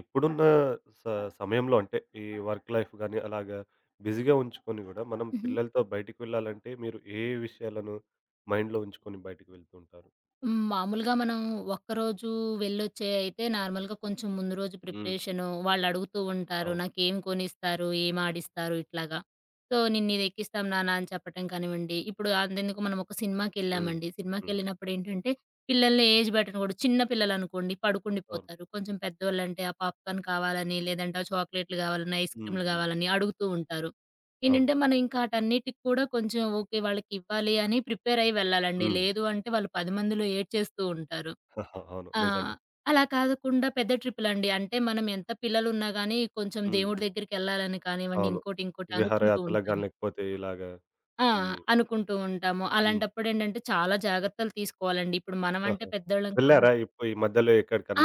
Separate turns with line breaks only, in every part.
ఇప్పుడున్న స సమయంలో అంటే ఈ వర్క్ లైఫ్ గాని అలాగా బిజీగా ఉంచుకొని గూడా మనం
హుహు.
పిల్లలతో బయటికి వెళ్ళాలంటే మీరు ఏ విషయాలను మైండ్‌లో ఉంచుకొని బయటికి వెళ్తూ ఉంటారు?
హ్మ్. మామూలుగా మనం ఒక్కరోజు వెళ్ళొచ్చే అయితే నార్మల్‌గా కొంచెం ముందు రోజు
హ్మ్.
ప్రిపరేషను వాళ్ళడుగుతూ ఉంటారు.
అవును.
నాకేం కొనిస్తారు? ఏం ఆడిస్తారు? ఇట్లాగా. సో, నిన్నిది ఎక్కిస్తాం నాన్న అని చెప్పటం కానివ్వండి. ఇప్పుడు అంతెందుకు మనం ఒక
హ్మ్.
సినిమాకెళ్ళామండి.
హ్మ్.
సినిమాకెళ్ళినప్పుడేంటంటే పిల్లల్ని ఏజ్ బెట్టను గూడా చిన్న పిల్లలనుకోండి
అవును.
పడుకుండిపోతారు. కొంచెం పెద్దోళ్ళంటే ఆ పాప్‌కార్న్ కావాలని, లేదంటే ఆ చాక్లెట్‌లు గావాలని, ఐస్
హ్మ్.
క్రీమ్‌లు
హ్మ్.
గావాలని అడుగుతూ ఉంటారు.
అవును.
ఏంటంటే, మనం ఇంకా ఆటన్నిటికి కూడా కొంచెం ఓకే. వాళ్ళకివ్వాలి అని ప్రిపేర్ అయ్యి వెళ్ళాలండి.
హ్మ్.
లేదు అంటే వాళ్ళు 10 మందిలో ఏడ్చేస్తూ ఉంటారు.
అవును.
ఆ!
నిజంగా.
అలా కాకుండా పెద్ద ట్రిప్పులండి. అంటే మనం ఎంత పిల్లలున్నా గానీ కొంచెం
హ్మ్.
దేవుడి
హ్మ్.
దగ్గరికెళ్ళాలని కానివ్వండి,
అవును.
ఇంకోటి, ఇంకోటి అనుకుంటూ
విహారయాత్రలకు గాని
ఉంటాము.
లేకపోతే ఇలాగా
ఆ!
ఈ
అనుకుంటూ ఉంటాము.
హ్మ్.
అలాంటప్పుడేంటంటే చాలా జాగ్రత్తలు తీసుకోవాలండి. ఇప్పుడు మనమంటే
ఆహా!
పెద్దోళ్ళం
వెళ్లారా
కాబట్టి
ఇప్పుడు ఈ మధ్యలో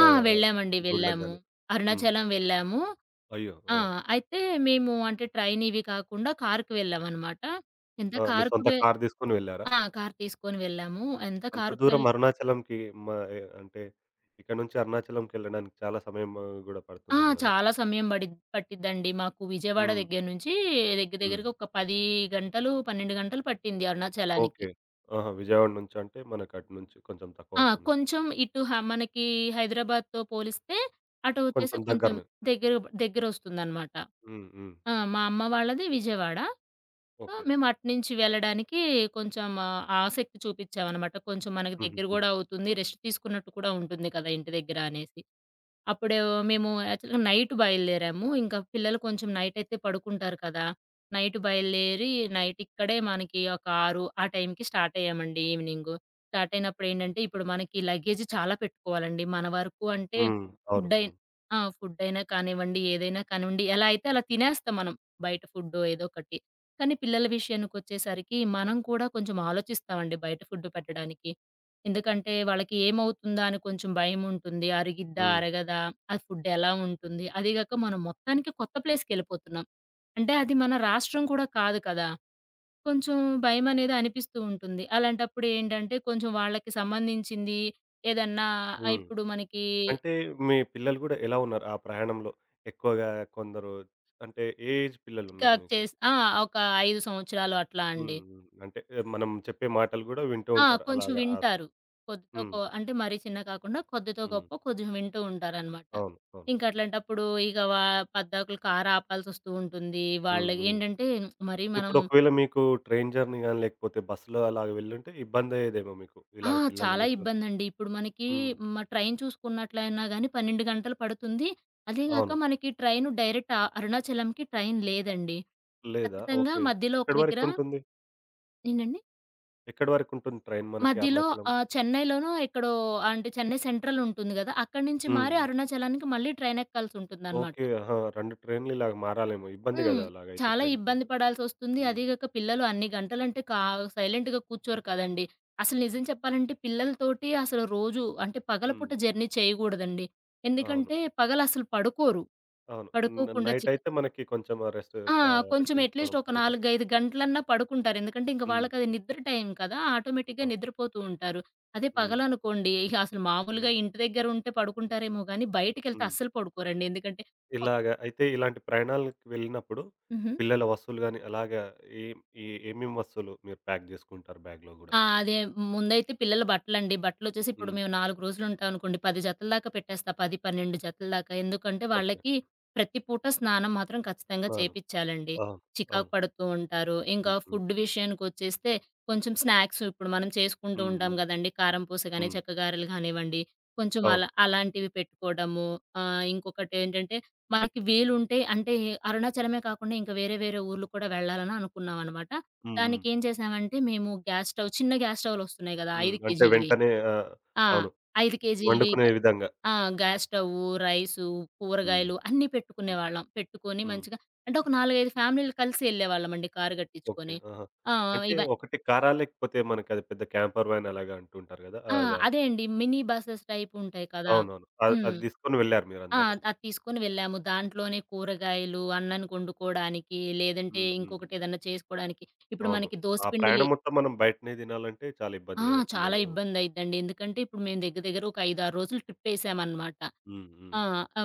ఆ! వెళ్ళామండి.
గుళ్ళకి
వెళ్ళాము.
గాని? హ్మ్.
అరుణాచలం వెళ్ళాము.
అయ్యో!
ఆ!
ఆ!
అయితే మేము అంటే ట్రైన్ ఇవి కాకుండా కారుకి వెళ్ళామనమాట. ఎంత
ఆ! మీ
కారుకు
సొంత
వె
కార్ తీసుకొని వెళ్లారా?
ఆ! కారు తీసుకొని వెళ్ళాము. ఎంత
అంత
కారుకి
దూరం
వెళ్
అరుణాచలంకి, మా అంటే ఇక్కడ నుంచి అరుణాచలంకెళ్ళడానికి చాలా సమయం గూడా
ఆ!
పడుతుందేమో గదా!
చాలా సమయం పడిద్ పట్టిద్దండి. మాకు విజయవాడ
హ్మ్.
దగ్గర నుంచి దగ్గర
హ్మ్.
దగ్గరగా ఒక 10 గంటలు, 12 గంటలు పట్టింది అరుణాచలానికి.
ఓకే. ఆహా! విజయవాడ నుంచంటే మనకు అటు నుంచి కొంచెం తక్కువ
ఆ!
పడుతుంది.
కొంచెం ఇటు మనకి హైదరాబాద్‌తో పోలిస్తే అటు వచ్చేసి
కొంచెం
కొంచెం
దగ్గరనే.
దగ్గర దగ్గరొస్తుందనమాట.
హ్మ్. హ్మ్.
మా అమ్మ వాళ్ళది విజయవాడ. So,
okay.
మేము అటునుంచి వెళ్ళడానికి కొంచెం ఆసక్తి చూపిచ్చామనమాట. కొంచెం మనకు దగ్గర
హుహుహు.
గూడా అవుతుంది. రెస్ట్ తీసుకున్నట్టు కూడా ఉంటుంది కదా! ఇంటి దగ్గర అనేసి. అప్పుడు మేము యాక్చువల్‌గా నైట్ బయలుదేరాము. ఇంకా పిల్లలు కొంచెం నైటయితే పడుకుంటారు కదా! నైట్ బయలుదేరి నైట్ ఇక్కడే మనకి ఒక 6 ఆ టైంకి స్టార్ట్ అయ్యామండి ఈవినింగు. స్టార్ట్ అయినప్పుడేంటంటే ఇప్పుడు మనకి లగేజ్ చాలా పెట్టుకోవాలండి. మన వరకు అంటే
హ్మ్. అవును.
ఫుడ్డయి
అవును.
ఆ! ఫుడ్డయినా కానివ్వండి, ఏదైనా కానివ్వండి, ఎలా అయితే అలా తినేస్తాం మనం. బయట ఫుడ్డో ఏదో ఒకటి. కానీ పిల్లల విషయానికొచ్చేసరికి మనం కూడా కొంచెం ఆలోచిస్తామండి బయట ఫుడ్ పెట్టడానికి. ఎందుకంటే వాళ్ళకి ఏమవుతుందా అని కొంచెం భయముంటుంది. అరిగిద్దా?
హ్మ్.
అరగదా? ఆ ఫుడ్ ఎలా ఉంటుంది? అదీగాక మనం మొత్తానికి కొత్త ప్లేస్‌కెళ్ళిపోతున్నాం. అంటే అది మన రాష్ట్రం కూడా కాదు కదా! కొంచెం భయమనేది అనిపిస్తూ ఉంటుంది. అలాంటప్పుడు ఏంటంటే కొంచెం వాళ్ళకి సంబంధించింది ఏదన్నా
హ్మ్.
ఇప్పుడు మనకి
అంటే మీ పిల్లలు గూడా ఎలా ఉన్నారు ఆ ప్రయాణంలో? ఎక్కువగా కొందరు అంటే ఏ ఏజ్
ఇంకా
పిల్లలున్నారు మీకు?
చేస్ ఆ! ఒక 5 సంవత్సరాలు అట్లా
హ్మ్.
అండి.
హ్మ్. అంటే ఏ, మనం చెప్పే మాటలు గూడా వింటూ ఉంటారు
కొంచెం
అలాగా ఆ.
వింటారు. కొద్దితో
హ్మ్.
గొ అంటే మరీ చిన్న కాకుండా కొద్దితో
హ్మ్.
గొప్పో కొంచెం వింటూ ఉంటారనమాట.
అవును. అవును.
ఇంక అట్లాంటప్పుడు ఇక పద్దాకులు కారాపాల్సొస్తూ ఉంటుంది.
హ్మ్. హ్మ్.
వాళ్ళకేంటంటే మరి మనం
ఇప్పుడు ఒకవేళ మీకు ట్రైన్ జర్నీ గాని, లేకపోతే బస్సులో అలాగ వెళ్ళుంటే ఇబ్బందయ్యేదేమో మీకు.
ఆ!
ఇలాగ పిల్లల్ని
చాలా
బెట్టుకొని.
ఇబ్బందండి. ఇప్పుడు మనకి
హ్మ్.
ట్రైన్ చూసుకున్నట్లయినా గానీ 12 గంటలు పడుతుంది. అదే గాక
అవును.
మనకి ట్రైను డైరెక్ట్ అరుణాచలంకి ట్రైన్ లేదండి.
లేదా?
ఖచ్చితంగా
ఓకే.
మధ్యలో ఒక
ఎక్కడి
దగ్గర
వరకుంటుంది?
ఏంటండి?
ఎక్కడి వరకుంటుంది ట్రైన్ మనకి
మధ్యలో
అరుణాచలం?
చెన్నైలోనో ఎక్కడో అంటే చెన్నై సెంట్రల్ ఉంటుంది గదా! అక్కడి నుంచి
హ్మ్.
మారి
హ్మ్.
అరుణాచలానికి మళ్ళీ ట్రైన్ ఎక్కాల్సుంటుందనమాట.
ఓకే. ఆహా! 2 ట్రైన్‌లు ఇలాగ మారాలేమో. ఇబ్బంది
హ్మ్.
గదా! అలాగైతే
చాలా ఇబ్బంది
ట్రైన్‌కెళ్తే.
పడాల్సొస్తుంది.
హ్మ్.
అదీ గాక పిల్లలు అన్ని గంటలంటే సైలెంట్‌గా కూర్చోరు కదండీ. అసలు నిజం చెప్పాలంటే పిల్లలతోటి అసలు రోజు అంటే పగలపూట
హ్మ్.
జర్నీ చేయగూడదండి.
అవును.
ఎందుకంటే పగలసలు పడుకోరు.
అవును.
పడుకోకుండా
నైట్
చిక్
అయితే మనకి కొంచెం
ఆ!
రెస్ట్
కొంచెం అట్‌లీస్ట్
తీసుకోవడం,
ఒక
పడుకోవడం.
4, 5 గంటలన్నా పడుకుంటారు. ఎందుకంటే ఇంక
హ్మ్.
వాళ్ళకది
హ్మ్.
నిద్ర టైం కదా! ఆటోమేటిక్‌గా
అవును.
నిద్రపోతూ ఉంటారు. అదే
హ్మ్.
పగలనుకోండి ఇహ అసలు
హ్మ్.
మామూలుగా ఇంటి దగ్గర ఉంటే పడుకుంటారేమో గానీ బయటికెళ్తే
హ్మ్.
అస్సలు పడుకోరండి. ఎందుకంటే కొత్
ఇలాగ అయితే ఇలాంటి ప్రయాణాలకు వెళ్ళినప్పుడు
హుహు.
పిల్లల వస్తువులు గానీ, అలాగా ఏం ఏ ఏమేమి వస్తువులు మీరు ప్యాక్ జేసుకుంటారు బ్యాగ్‌లో గూడా?
ఆ! అదే ముందైతే పిల్లల బట్టలండి. బట్టలొచ్చేసి ఇప్పుడు
హ్మ్.
మేము 4 రోజులుంటాం అనుకోండి, 10 జతల దాకా పెట్టేస్తా. 10, 12 జతల దాకా. ఎందుకంటే
ఓకే.
వాళ్ళకి ప్రతి పూట స్నానం మాత్రం ఖచ్చితంగా
స్నానం.
చేపిచ్చాలండి.
అవును.
చికాకు
అవును.
పడుతూ ఉంటారు. ఇంకా
హ్మ్. హ్మ్.
ఫుడ్ విషయానికొచ్చేస్తే కొంచెం స్నాక్స్ ఇప్పుడు మనం చేసుకుంటూ
హ్మ్.
ఉంటాం
హ్మ్.
గదండీ! కారంపూస గాని,
హ్మ్.
చెక్కగారెలు గానివ్వండి, కొంచెం
అవును.
అలా అలాంటివి పెట్టుకోవడము. ఇంకొకటేంటంటే మనకి వీలుంటే అంటే అరుణాచలమే కాకుండా ఇంకా వేరే వేరే ఊర్లు కూడా వెళ్ళాలని అనుకున్నామనమాట.
హ్మ్. హ్మ్.
దానికేం చేసామంటే మేము గ్యాస్ స్టవ్ చిన్న గ్యాస్ స్టవ్‌లొస్తున్నాయి గదా!
హ్మ్.
5
అంటే
కేజీలవి.
వెంటనే
ఆ!
అవును.
5 కేజీలవి
వండుకునే
గ్యా
విధంగా.
ఆ! గ్యాస్ స్టవ్వు, రైసు,
హ్మ్.
కూరగాయలు అన్నీ
హ్మ్.
పెట్టుకునేవాళ్ళం. పెట్టుకొని
హ్మ్.
మంచిగా అంటే ఒక 4, 5 ఫ్యామిలీలు కలిసి ఎళ్ళేవాళ్ళమండి కారు
ఓకే.
గట్టిచ్చుకొని.
ఆహా!
ఆ!
అంటే
ఇవ
ఒకటి కారా? లేకపోతే మనకది పెద్ద క్యాంపర్ వ్యాన్ అలాగా అంటుంటారు గదా!
ఆ!
అదా?
అదే అండి. మినీ బసెస్ టైప్ ఉంటాయి కదా!
అవునవును.
హ్మ్.
అది తీసుకొని వెళ్లారు
ఆ!
మీరందరూ.
అది తీసుకొని వెళ్ళాము. దాంట్లోనే కూరగాయలు, అన్నానికి వండుకోవడానికి, లేదంటే
హ్మ్. హ్మ్.
ఇంకొకటేదన్నా చేసుకోవడానికి ఇప్పుడు
అవును.
మనకి దోస
ఆ
పిండిలి
ప్రయాణం మొత్తం మనం బయటనే తినాలంటే చాలా
ఆ!
ఇబ్బంది గదా!
చాలా
పిల్లలు.
ఇబ్బందయిద్దండి. ఎందుకంటే, ఇప్పుడు మేము దగ్గర దగ్గర ఒక 5, 6 రోజులు ట్రిప్పేసామనమాట.
హ్మ్. హ్మ్.
ఆ!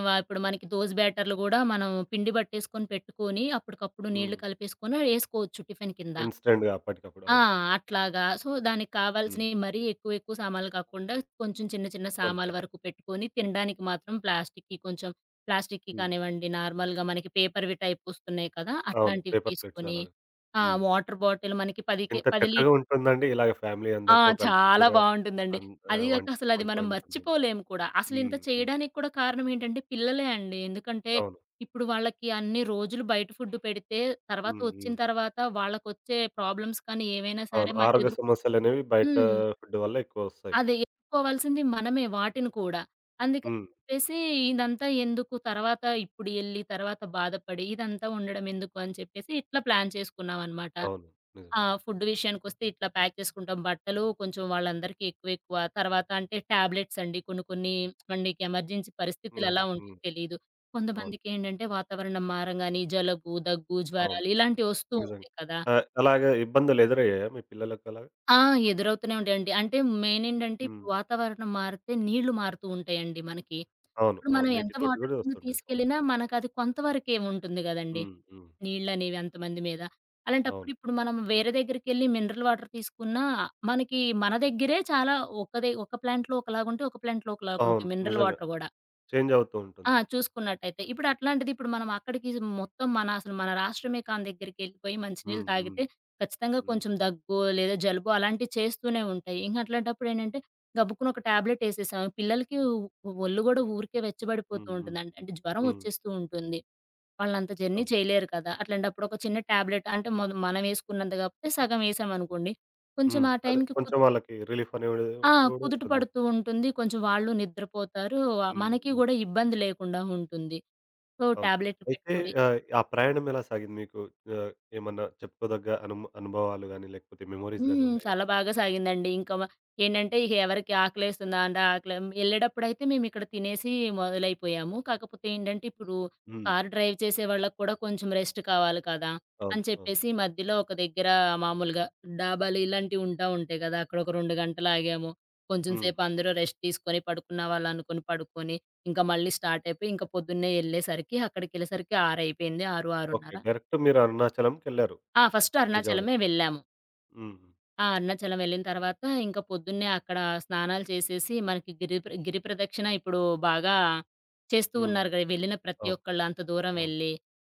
వ ఇప్పుడు మనకి దోస బ్యాటర్లు గూడా మనం పిండి పట్టేసుకొని పెట్టుకొని, అప్పటికప్పుడు
హ్మ్.
నీళ్లు కలిపేసుకొని ఏసుకోవచ్చు టిఫిన్ కింద.
ఇన్‌స్టంట్‌గా అప్పటికప్పుడు.
ఆ!
అవును.
అట్లాగా. సో, దానికి
హ్మ్.
కావాల్సినయి మరీ ఎక్కువ ఎక్కువ సామాన్లు కాకుండా, కొంచెం చిన్న చిన్న సామాన్ల
కొంచెం.
వరకు పెట్టుకొని, తినడానికి మాత్రం ప్లాస్టిక్‌కి కొంచెం
హ్మ్.
కానివ్వండి, నార్మల్‌గా మనకి పేపర్‌వి టైప్ ఒస్తున్నాయి కదా!
అవును.
అట్లాంటివి
పేపర్ ప్లేట్స్
తీసుకొని,
అలాగా. హ్మ్.
వాటర్ బాటిల్ మనకి 10కే
ఎంత
10
చక్కగా
లీటర్లు
ఉంటుందండి ఇలాగ ఫ్యామిలీ
ఆ!
అందరితో కలిసి
చాలా
కూడా.
బావుంటుందండి.
అన్
అది
ఆహ్,
గాక
వంట
అసలది
వంట
మనం
వండుకుంటుండం.
మర్చిపోలేము కూడా.
హ్మ్.
అసలింత
హ్మ్.
చేయడానికి కూడా కారణం ఏంటంటే పిల్లలే అండి. ఎందుకంటే
అవును.
ఇప్పుడు వాళ్ళకి అన్ని రోజులు బయట ఫుడ్ పెడితే తర్వాత
హ్మ్.
వచ్చిన
హ్మ్.
తర్వాత వాళ్ళకొచ్చే ప్రాబ్లమ్స్ కానీ ఏవైనా సరే
అవును. ఆరోగ్య
ఎదురు
సమస్యలనేవి బయట
హ్మ్.
ఫుడ్ వల్ల ఎక్కువొస్తాయి.
అదే ఎదుర్కోవాల్సింది మనమే వాటిని కూడా. అందుకని
హ్మ్.
చెప్పేసి ఇదంతా ఎందుకు తర్వాత ఇప్పుడు ఎళ్లి తర్వాత బాధపడి ఇదంతా ఉండడం ఎందుకు అని చెప్పేసి ఇట్లా ప్లాన్ చేసుకున్నామనమాట.
అవును. నిజం.
ఫుడ్ విషయానికొస్తే ఇట్లా ప్యాక్ చేసుకుంటాం. బట్టలు కొంచెం వాళ్ళందరికీ ఎక్కువెక్కువ. తర్వాత అంటే టాబ్లెట్స్ అండి. కొన్ని కొన్ని మనకి ఎమర్జెన్సీ పరిస్థితులు
హ్మ్.
ఎలా ఉంటాయో
హ్మ్.
తెలీదు.
అవును.
కొంతమందికేంటంటే వాతావరణం మారంగానే జలుబు, దగ్గు,
అవును.
జ్వరాలు ఇలాంటివి వస్తూ
నిజంగా.
ఉంటాయి కదా!
ఆహ్, అలాగే ఇబ్బందులు ఎదురయ్యాయా మీ పిల్లలకలాగా?
ఆ! ఎదురవుతూనే ఉంటాయండి. అంటే మెయిన్ ఏంటంటే
హ్మ్.
ఇప్పుడు వాతావరణం మారితే నీళ్లు మారుతూ ఉంటాయండి మనకి.
అవును.
ఇప్పుడు
అవును.
మనం ఎంత
నీటితోటి
వాటర్
గూడా
కింద
వస్తుంటాయి
తీసుకెళ్ళినా
సమస్యలు.
మనకది కొంతవరకే ఉంటుంది గదండీ!
హ్మ్. హ్మ్.
నీళ్ళనేవి అంతమంది మీద. అలాంటప్పుడు
అవును.
ఇప్పుడు మనం వేరే దగ్గరికెళ్ళి మినరల్ వాటర్ తీసుకున్నా, మనకి మన దగ్గరే చాలా ఒక ప్లాంట్‌లో ఒకలాగుంటాయి, ఒక ప్లాంట్‌లో
అవును.
ఒకలాగుంటాయి మినరల్
నిజంగా.
వాటర్ గూడా.
చేంజ్ అవుతూ ఉంటుంది.
చూసుకున్నట్టయితే. ఇప్పుడు అట్లాంటిది ఇప్పుడు మనం అక్కడికి మొత్తం మన అసలు మన రాష్ట్రమే కాని దగ్గరికెళ్ళిపోయి మంచినీళ్ళు
హ్మ్. హ్మ్.
తాగితే ఖచ్చితంగా
హ్మ్.
కొంచెం దగ్గో, లేదా జలుబో అలాంటివి చేస్తూనే ఉంటాయి. ఇంక అట్లాంటప్పుడు ఏంటంటే గబుక్కున ఒక టాబ్లెట్ ఏసేసాం. పిల్లలకి ఒ ఒళ్ళు గూడా ఊరికే వెచ్చబడిపోతూ
హ్మ్. హ్మ్.
ఉంటుందండి. అంటే అంటే జ్వరం
హ్మ్.
వచ్చేస్తూ ఉంటుంది. వాళ్ళంత జర్నీ
అవును.
చేయలేరు కదా! అట్లాంటప్పుడు ఒక చిన్న టాబ్లెట్ అంటే మొద మనమేసుకున్నంత కాకపోతే సగం ఏసామనుకోండి, కొంచెం
హ్మ్.
ఆ
అదే
టైంకి కు
కొంచెం వాళ్ళకి రిలీఫ్ అనేది
ఆ!
గూడా
కుదుట
ఉంటుంది మనకి.
పడుతూ ఉంటుంది. కొంచెం వాళ్ళు నిద్రపోతారు. ఆ,
హ్మ్.
మనకి
హ్మ్.
గూడా ఇబ్బంది లేకుండా ఉంటుంది. సో,
అవును.
టాబ్లెట్‌లు
అయితే
పెట్టుకోడి
ఆహ్, ఆ ప్రయాణం ఎలా సాగింది మీకు? ఆహ్, ఏమన్నా చెప్పుకోదగ్గ అనుభవాలు గాని, లేకపోతే మెమోరీస్ గాని
హ్మ్.
ఉన్నాయా?
చాలా బాగా సాగిందండి. ఇంకా మ ఏంటంటే ఇక ఎవరికి ఆకలేస్తుందా అంటే ఆకలే ఎళ్ళేటప్పుడైతే మేమిక్కడ తినేసి మొదలైపోయాము. కాకపోతే ఏంటంటే ఇప్పుడు
హ్మ్.
కారు డ్రైవ్ చేసే వాళ్ళకి కూడా కొంచెం రెస్ట్ కావాలి కదా! అని
అవును. అవును.
చెప్పేసి మధ్యలో ఒక దగ్గర మామూలుగా డాబాలు ఇలాంటివి ఉంటాయి కదా! అక్కడ ఒక 2 గంటలు ఆగాము. కొంచెం
హ్మ్.
సేపు అందరూ రెస్ట్ తీసుకొని పడుకున్న వాళ్ళు అనుకుని పడుకొని, ఇంకా మళ్ళీ స్టార్ట్ అయిపోయి ఇంకా పొద్దున్నే ఎళ్ళేసరికి అక్కడికెళ్ళేసరికి 6 అయిపోయింది. 6,
ఓకే.
6:30.
డైరెక్ట్ మీరు అరుణాచలంకెళ్లారు.
ఫస్ట్
విజయవాడ.
అరుణాచలమే వెళ్ళాము.
హ్మ్.
అరుణాచలం వెళ్ళిన తర్వాత ఇంక పొద్దున్నే అక్కడ స్నానాలు చేసేసి మనకి గిరి ప్రదక్షిణ ఇప్పుడు బాగా చేస్తూ
హ్మ్.
ఉన్నారు గదా! వెళ్ళిన ప్రతి
అవును.
ఒక్కళ్ళు అంత దూరం
అవును.
వెళ్ళి.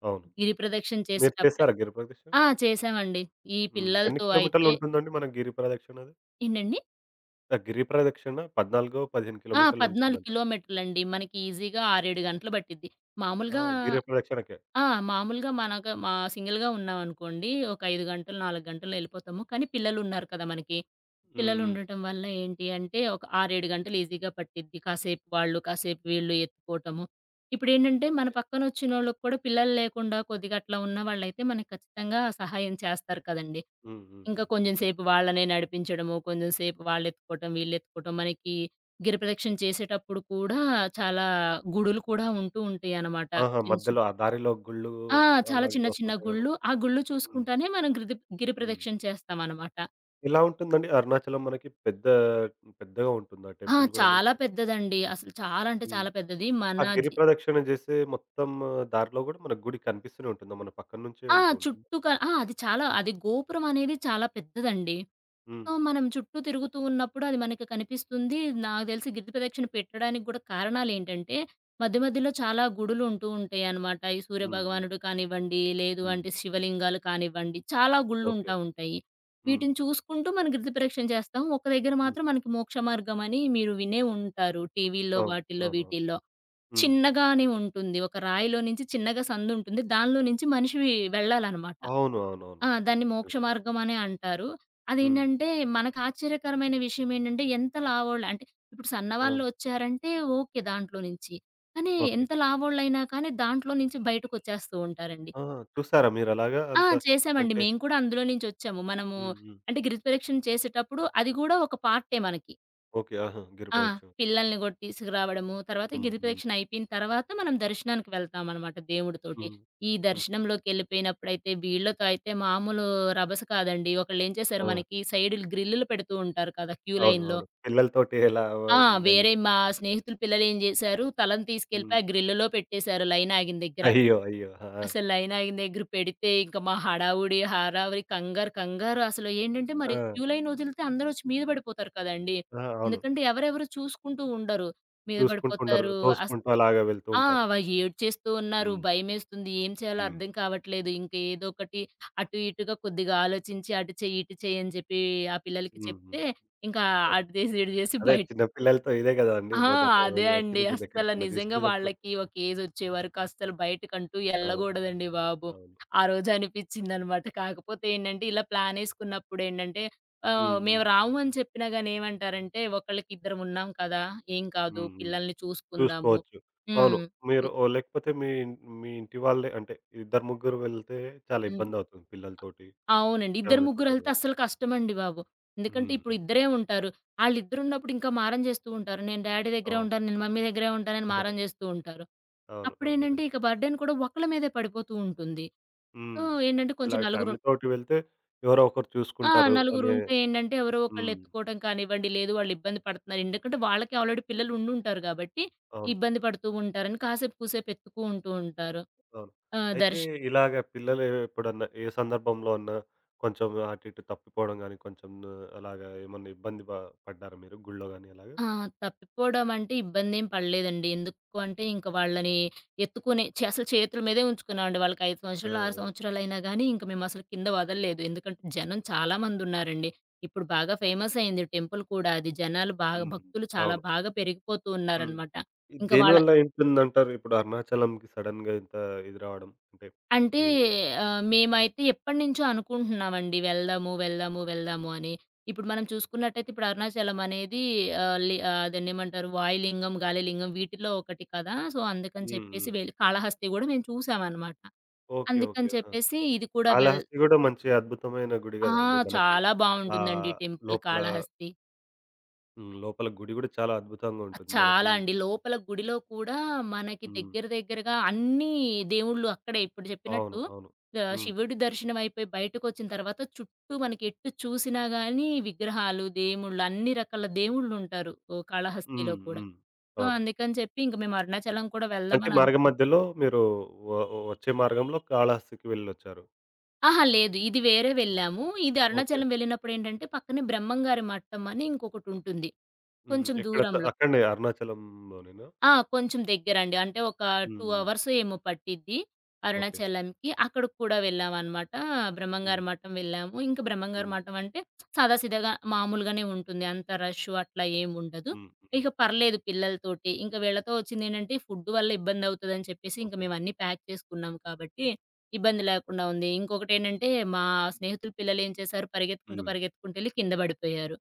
అవును.
గిరి ప్రదక్షిణ
మీరు
చేసేటప్పుడే
చేసారా గిరి ప్రదక్షిణ?
చేశామండి. ఈ
హ్మ్. ఎన్ని
పిల్లలతో
కిలోమీటర్లు
అయితే
ఉంటుందండి మన గిరి ప్రదక్షిణ అది?
ఏంటండి?
ఆ! గిరి ప్రదక్షిణ 14, 15 కిలోమీటర్లు
14
ఉంటుందంట.
కిలోమీటర్లండి. మనకి ఈజీగా 6, 7 గంటలు పట్టిద్ది.
ఆ!
మామూలుగా
గిరి ప్రదక్షిణకే.
ఆ! మామూలుగా మా సింగిల్‌గా ఉన్నామనుకోండి, ఒక 5 గంటలు, 4 గంటల్లో ఎళ్ళిపోతాము. కానీ పిల్లలున్నారు కదా మనకి.
హ్మ్. హ్మ్.
పిల్లలుండటం వల్ల ఏంటి అంటే, ఒక 6, 7 గంటలు ఈజీగా పట్టిద్ది. కాసేపు వాళ్ళు, కాసేపు వీళ్ళు ఎత్తుకోవటము. ఇప్పుడేంటంటే, మన
ఓకే.
పక్కనొచ్చినోళ్ళకి కూడా పిల్లలు లేకుండా కొద్దిగా అట్లా ఉన్న వాళ్ళైతే మనకు ఖచ్చితంగా సహాయం చేస్తారు కదండీ.
హ్మ్. హ్మ్.
ఇంకా
హ్మ్.
కొంచెం
నిజంగా.
సేపు వాళ్ళనే నడిపించడము, కొంచెం సేపు వాళ్ళెత్తుకోవటం, వీళ్ళెత్తుకోవటం. మనకి గిరిప్రదక్షిణ చేసేటప్పుడు కూడా చాలా గుడులు కూడా ఉంటూ ఉంటాయనమాట.
ఆహా!
చిన్ చి
మధ్యలో ఆ దారిలో గుళ్ళు
ఆ! చాలా
అలాగే
చిన్న చిన్న
వస్తుంటాయి
గుళ్ళు.
కాబట్టి.
ఆ గుళ్ళు
హ్మ్.
చూసుకుంటానే మనం గిరి గిరి
హ్మ్.
ప్రదక్షిణ చేస్తామనమాట.
ఎలా ఉంటుందండి అరుణాచలం మనకి పెద్ద పెద్దగా ఉంటుందా టెంపుల్ గూడా
చాలా
మనకి?
పెద్దదండి. అసలు చాలా అంటే
హ్మ్.
చాలా పెద్దది. మన
ఆ గిరి
జి
ప్రదక్షిణ చేసే మొత్తం ఆ, దారిలో గూడా మనకు గుడి కనిపిస్తూనే ఉంటుందా? మన పక్కన నుంచే
ఆ!
వెళ్తూ ఉంటుందా?
చుట్టూ క ఆ! అది చాలా అది గోపురం అనేది చాలా పెద్దదండి.
హ్మ్.
సో, మనం చుట్టూ తిరుగుతూ ఉన్నప్పుడు అది మనకి కనిపిస్తుంది. నాకు తెలిసి గిరి ప్రదక్షిణ పెట్టడానికి గూడా కారణాలేంటంటే, మధ్య మధ్యలో చాలా గుడులు ఉంటూ ఉంటాయనమాట. ఈ సూర్య
హ్మ్. హ్మ్.
భగవానుడు కానివ్వండి, లేదు
హ్మ్.
అంటే శివలింగాలు కానివ్వండి, చాలా గుళ్ళు
ఓకే.
ఉంటాయి.
హ్మ్.
వీటిని చూసుకుంటూ మనం గిరి ప్రదక్షిణ చేస్తాం. ఒక దగ్గర
హ్మ్.
మాత్రం మనకి మోక్ష మార్గం అని మీరు వినే ఉంటారు టీవీల్లో,
అవును.
వాటిల్లో,
అవునవును.
వీటిల్లో.
హ్మ్.
చిన్నగానే ఉంటుంది. ఒక రాయిలో నుంచి చిన్నగా సందుంటుంది. దానిలో నుంచి మనిషి వెళ్ళాలనమాట.
అవును. అవునవును.
దాన్ని మోక్ష
నిజం.
మార్గం అనే అంటారు.
హ్మ్.
అదేంటంటే మనకు ఆశ్చర్యకరమైన విషయం ఏంటంటే ఎంత లావోళ్ళు అంటే ఇప్పుడు
ఆ!
సన్నవాళ్ళు వచ్చారంటే ఓకే దాంట్లో నుంచి. కానీ
ఓకే.
ఎంత లావోళ్ళైనా కానీ దాంట్లో నుంచి బయటకొచ్చేస్తూ ఉంటారండి.
ఆ! చూసారా మీరలాగా అంత
చేసామండి.
అంటే.
మేము కూడా అందులో నుంచొచ్చాము.
హ్మ్. హ్మ్.
అంటే గిరిప్రదక్షిణ చేసేటప్పుడు అది గూడా ఒక పార్టే మనకి.
ఓకే. ఆహా! గిరి
ఆ!
ప్రదక్షిణ.
పిల్లల్ని గూడా తీసుకురావడము. తర్వాత
హ్మ్. హ్మ్.
గిరిప్రదక్షిణ అయిపోయిన తర్వాత మనం దర్శనానికి వెళ్తామనమాట దేవుడితోటి.
హ్మ్.
ఈ
హ్మ్.
దర్శనంలోకెళ్ళిపోయినప్పుడైతే వీళ్ళతో అయితే మామూలు రభస కాదండి. ఒకళ్ళేం చేశారు
ఆ!
మనకి సైడులు గ్రిల్లులు పెడుతూ ఉంటారు కదా! క్యూ
అవును.
లైన్‌లో.
అవును. పిల్లలతోటి ఎలా
ఆ! వేరే
ఇదయ్యో!
మా స్నేహితుల పిల్లలేం జేశారు, తలను
హ్మ్.
తీసుకెళ్ళిపోయి ఆ గ్రిల్లులో పెట్టేశారు లైన్ ఆగిన దగ్గర.
అయ్యో! అయ్యో! ఆ!
అసలు లైన్ ఆగిన దగ్గర పెడితే ఇంక మా హడావుడి, హడావిడి, కంగారు, కంగారు అసలు ఏంటంటే
ఆ!
మరి క్యూ లైన్ వదిలితే అందరొచ్చి మీద పడిపోతారు కదండీ!
ఆ! అవును.
ఎందుకంటే ఎవరెవరో చూసుకుంటూ ఉండరు. మీద
చూసుకుంటుండరు.
పడిపోతారు. అస్
తోసుకుంటూ అలాగా వెళ్తూ
ఆ!
ఉంటారు.
వ ఏడ్చేస్తూ ఉన్నారు.
హ్మ్.
భయమేస్తుంది. ఏం చేయాలో
హ్మ్.
అర్థం కావట్లేదు. ఇంక ఏదో ఒకటి అటు ఇటుగా కొద్దిగా ఆలోచించి అటు చెయ్యి, ఇటు చెయ్యి అని చెప్పి ఆ పిల్లలకి
హ్మ్. హ్మ్.
చెప్తే ఇంకా అటు చేసి, ఇటు చేసి
అదే
బయట
చిన్న పిల్లలతో ఇదే గదండీ!
ఆ!
మొదట
అదే
అది
అండి.
వచ్చినప్పుడు
అస్సల
ఎక్కడికైనా
నిజంగా
తీసుకెళ్ళినప్పుడు.
వాళ్ళకి ఒక ఏజొచ్చే వరకు అస్సలు బయటకంటూ
అవును.
ఎళ్ళగూడదండి బాబు.
అవును.
ఆ రోజు అనిపిచ్చిందనమాట. కాకపోతే ఏంటంటే, ఇలా ప్లానేసుకున్నప్పుడేంటంటే,
హ్మ్. హ్మ్.
మేము రాము అని చెప్పినా గాని ఏమంటారంటే, ఒకళ్ళకి ఇద్దరమున్నాం కదా! ఏం కాదు
హ్మ్. హ్మ్.
పిల్లల్ని చూసుకుందాము.
చూసుకోవచ్చు. అవును.
హ్మ్. పు
మీరు ఓ లేకపోతే మీ మీ ఇంటి వాళ్ళే అంటే ఇద్దరు, ముగ్గురు వెళ్తే చాలా
హ్మ్.
ఇబ్బందవుతుంది పిల్లలతోటి,
అవునండి. ఇద్దరు, ముగ్గురు
ఫ్యామిలీతోటి
ఎళ్తే
అలా.
అస్సలు కష్టమండి బాబు. ఎందుకంటే,
హ్మ్.
ఇప్పుడు
హ్మ్.
ఇద్దరే ఉంటారు. ఆళ్ళిద్దరున్నప్పుడు ఇంకా మారం జేస్తూ ఉంటారు. నేను డ్యాడీ దగ్గరే
అవును.
ఉంటాను, నేను మమ్మీ దగ్గరే ఉంటానని మారం జేస్తూ ఉంటారు.
అవును. అవును.
అప్పుడేంటంటే
నిజంగా.
ఇక బర్డెన్ కూడా ఒకళ్ళ మీదే పడిపోతూ ఉంటుంది. సో,
హ్మ్.
ఏంటంటే కొంచెం
ఇలాగ
నలుగురు
ఫ్యామిలీతోటి వెళ్తే ఎవరో ఒకరు
ఆ!
చూసుకుంటారు అనే.
నలుగురుంటే ఏంటంటే ఎవరో ఒకళ్ళు
హ్మ్.
ఎత్తుకోవటం కానివ్వండి, లేదు వాళ్ళు ఇబ్బంది పడుతున్నారు. ఎందుకంటే వాళ్ళకి ఆల్రెడీ పిల్లలు ఉండుంటారు గాబట్టి,
అవును.
ఇబ్బంది పడుతూ ఉంటారని కాసేపు కూసేపు ఎత్తుకుంటూ ఉంటారు.
అవును.
ఆహ్,
అయితే
దర్శ్
ఇలాగ పిల్లలు ఎప్పుడన్నా ఏ సందర్భంలో అన్నా కొంచెం అటు ఇటు తప్పిపోవడం గాని, కొంచెం అలాగా ఏమన్నా ఇబ్బంది ప పడ్డారా మీరు గుళ్ళో గాని అలాగా?
ఆ! తప్పిపోవడం అంటే ఇబ్బందేం పడలేదండి. ఎందుకు అంటే ఇంక వాళ్ళని ఎత్తుకునే చే అసలు చేతుల మీదే ఉంచుకున్నామండి. వాళ్ళకి 5
ఆ!
సంవత్సరాలు, 6
ఆ!
సంవత్సరాలయినా గానీ ఇంక మేమసలు కింద వదలలేదు. ఎందుకంటే జనం చాలా మందున్నారండి. ఇప్పుడు బాగా ఫేమస్ అయింది టెంపుల్ కూడా అది. జనాలు బాగా
హ్మ్.
భక్తులు చాలా
అవును.
బాగా పెరిగిపోతూ
హ్మ్.
ఉన్నారనమాట.
ఈ
ఇంక వాళ్ళ
దేనివల్ల ఉంటుందంటారు? ఇప్పుడు అరుణాచలంకి సడెన్‌గా ఇంత ఇది రావడం అంటే
అంటే
ఈ.
ఆహ్, మేమైతే ఎప్పటినుంచో అనుకుంటున్నామండి. వెళ్దాము, వెళ్దాము, వెళ్దాము అని. ఇప్పుడు మనం చూసుకున్నట్టయితే ఇప్పుడు అరుణాచలం అనేది దాన్ని ఏమంటారు వాయులింగం, గాలిలింగం వీటిలో ఒకటి కదా! సో, అందుకని
హ్మ్.
చెప్పేసి
హ్మ్.
కాళహస్తి గూడా మేము చూసామనమాట.
ఓకే.
అందుకని
ఓకే. ఆ!
చెప్పేసి ఇది కూడా వెల్
కాళహస్తి గూడా మంచి అద్భుతమైన గుడి
ఆ!
గదండీ! మనకి
చాలా బావుంటుందండి
ఆహ్,
టెంపుల్
లోపల.
కాళహస్తి.
హ్మ్. లోపల గుడి గూడా చాలా అద్భుతంగా ఉంటుంది
చాలా
మనకి.
అండి. లోపల గుడిలో కూడా మనకి
హ్మ్.
దగ్గర దగ్గరగా అన్నీ దేవుళ్ళు అక్కడే ఇప్పుడు చెప్పినట్టు
అవును. అవును. హ్మ్.
శివుడి దర్శనం అయిపోయి బయటకొచ్చిన తర్వాత చుట్టూ మనకి ఎటు చూసినా గానీ విగ్రహాలు, దేవుళ్ళు అన్ని రకాల దేవుళ్ళుంటారు. ఓహ్! కాళహస్తిలో
హ్మ్.
కూడా.
హ్మ్.
సో,
అవును.
అందుకని చెప్పి ఇంక మేము అరుణాచలం కూడా
అంటే
వెళ్దామని
మార్గం
అనుకున్నాం.
మధ్యలో మీరు వ వచ్చే మార్గంలో కాళహస్తికి వెళ్ళొచ్చారు.
అహా! లేదు. ఇది వేరే వెళ్ళాము. ఇది
ఓకే.
అరుణాచలం వెళ్ళినప్పుడేంటంటే పక్కనే బ్రహ్మంగారి మట్టం అని ఇంకొకటుంటుంది
హుహు.
కొంచెం
ఎక్కడ త
దూరంలో.
అక్కడనే అరుణాచలంలోనేనా?
కొంచెం దగ్గరండి. అంటే ఒక 2
హ్మ్.
అవర్స్ ఏమో పట్టిద్ది
ఓకే.
అరుణాచలంకి. అక్కడికి కూడా వెళ్ళామనమాట. బ్రహ్మంగారు
హ్మ్.
మఠం వెళ్ళాము. ఇంకా బ్రహ్మంగారు
హ్మ్.
మఠం అంటే సాదాసీదాగా మామూలుగానే ఉంటుంది. అంత రష్ అట్లా ఏముండదు.
హ్మ్. హ్మ్.
ఇక పర్లేదు పిల్లలతోటి. ఇంక వీళ్ళతో వచ్చిందేంటంటే ఫుడ్ వల్ల ఇబ్బంది అవుతదని చెప్పేసి ఇంక
ఓకే.
మేమన్నీ ప్యాక్ చేసుకున్నాం కాబట్టి ఇబ్బంది లేకుండా ఉంది. ఇంకొకటేంటంటే మా స్నేహితుల పిల్లలేం చేశారు పరిగెత్తుకుంటూ,
హ్మ్.
పరిగెత్తుకుంటూ ఎళ్లి కింద పడిపోయారు.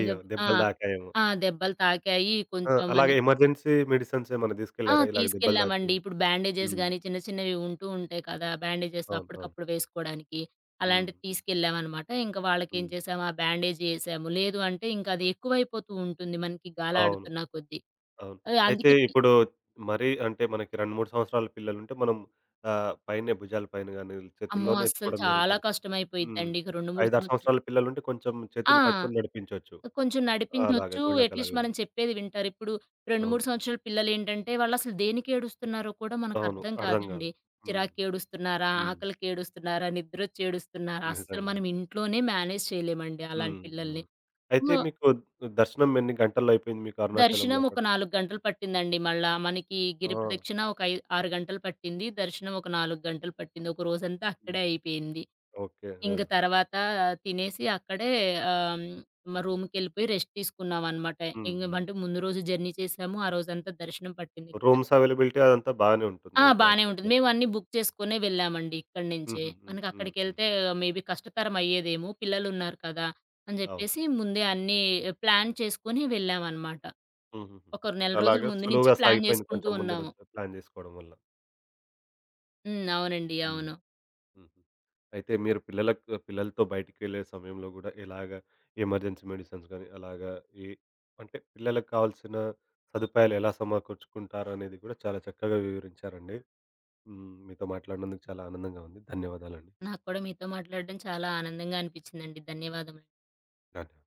ఇంక ఆ!
దెబ్బలు తాకాయేమో.
ఆ! దెబ్బలు తాకాయి
ఆ!
కొంచెం అని
అలాగే ఎమర్జెన్సీ మెడిసిన్స్ ఏమన్నా తీసుకెళ్లారా? ఇలాగ దెబ్బలు
తీసుకెళ్ళామండి.
తాకితే?
ఇప్పుడు బ్యాండేజెస్
హ్మ్.
గాని, చిన్న చిన్నవి ఉంటూ ఉంటాయి కదా! బ్యాండేజెస్
అవును. అవును.
అప్పటికప్పుడు వేసుకోవడానికి.
హ్మ్.
అలాంటివి తీసుకెళ్ళామనమాట. ఇంక వాళ్ళకేం
హ్మ్.
చేసాము, ఆ బ్యాండేజ్ ఏసాము. లేదు అంటే ఇంక అది ఎక్కువైపోతూ ఉంటుంది మనకి
అవును.
గాలాడుతున్న కొద్దీ.
అవును.
ఆహ్,
అయితే
అందుకే పి
ఇప్పుడు మరీ అంటే మనకి 2, 3 సంవత్సరాల పిల్లలుంటే మనం ఆహ్, పైనే భుజాల పైన గాని,
అమ్మో!
చేతుల్లోనే
అస్సలు
ఎత్తుకోవడం
చాలా
జరుగుతుంది. హ్మ్.
కష్టమైపోయిద్దండి. ఇక 2, 3
5, 6
సంవత్సరాలు
సంవత్సరాల పిల్లలుంటే కొంచెం చేతులు
ఆ!
పట్టుకొని నడిపించొచ్చు.
కొంచెం
అలాగే
నడిపించొచ్చు. అట్‌లీస్ట్
గుళ్ళకలాగే.
మనం చెప్పేది వింటారు. ఇప్పుడు 2,
అవును.
3 సంవత్సరాల పిల్లలేంటంటే, వాళ్ళసలు దేనికి ఏడుస్తున్నారో కూడా
అవును.
మనకర్థం
అర్థం
కాదండి.
కాదు. హ్మ్.
చిరాకుకి ఏడుస్తున్నారా?
హ్మ్.
ఆకలికి ఏడుస్తున్నారా? నిద్రొచ్చి ఏడుస్తున్నారా? అస్సలు
నిజంగా.
మనం ఇంట్లోనే మేనేజ్ చేయలేమండి అలాంటి
హ్మ్.
పిల్లల్ని.
హ్మ్. అయితే
సో,
మీకు దర్శనం ఎన్ని గంటల్లో అయిపోయింది మీకు అరుణాచలంలో
దర్శనం
అక్కడ?
ఒక 4 గంటలు పట్టిందండి మళ్ళా. మనకి గిరి
ఆ!
ప్రదక్షిణ ఒక ఐ 6 గంటలు పట్టింది. దర్శనం ఒక 4 గంటలు పట్టింది. ఒక రోజంతా అక్కడే
హ్మ్.
అయిపోయింది.
ఓకే. ఆ!
ఇంక తర్వాత తినేసి అక్కడే ఆహ్, మా రూమ్‌కెళ్ళిపోయి రెస్ట్ తీసుకున్నామనమాట.
హ్మ్. హ్మ్.
ఇంగమంటే ముందు రోజు జర్నీ చేసాము. ఆ రోజంతా దర్శనం పట్టింది కదా!
రూమ్స్ అవైలబిలిటీ అదంతా బాగానే ఉంటుందయితే
బానే ఉంటుంది.
అరుణాచలం.
మేము అన్నీ బుక్ చేసుకునే వెళ్ళామండి ఇక్కడి నుంచే.
హుహు. హ్మ్.
మనకు
హ్మ్. హ్మ్.
అక్కడికెళ్తే మేబీ కష్టతరం అయ్యేదేమో పిల్లలున్నారు కదా! అని
అవును.
చెప్పేసి ముందే అన్నీ ప్లాన్ చేసుకొని వెళ్ళామనమాట.
హుహుహు.
ఒక నెల రోజుల
అలాగా
ముందు నుంచి
సులువుగా
ప్లాన్
సాగిపోయింది
చేసుకుంటూ
కొంచెం ముందు
ఉన్నాము.
నుంచే ప్లాన్ జేసుకోవడం వల్ల.
హ్మ్. అవునండి.
హ్మ్.
అవును.
హుహు. అయితే మీరు పిల్లలతో బయటికి వెళ్ళే సమయంలో గూడా ఇలాగ ఎమర్జెన్సీ మెడిసిన్స్ గానీ, అలాగా ఏ అంటే పిల్లలకు కావాల్సిన సదుపాయాలు ఎలా సమకూర్చుకుంటారనేది గూడా చాలా చక్కగా వివరించారండి. హ్మ్. మీతో మాట్లాడినందుకు చాలా ఆనందంగా ఉంది. ధన్యవాదాలండి.
నాకు కూడా మీతో మాట్లాడడం చాలా ఆనందంగా అనిపించిందండి. ధన్యవాదములు.
నా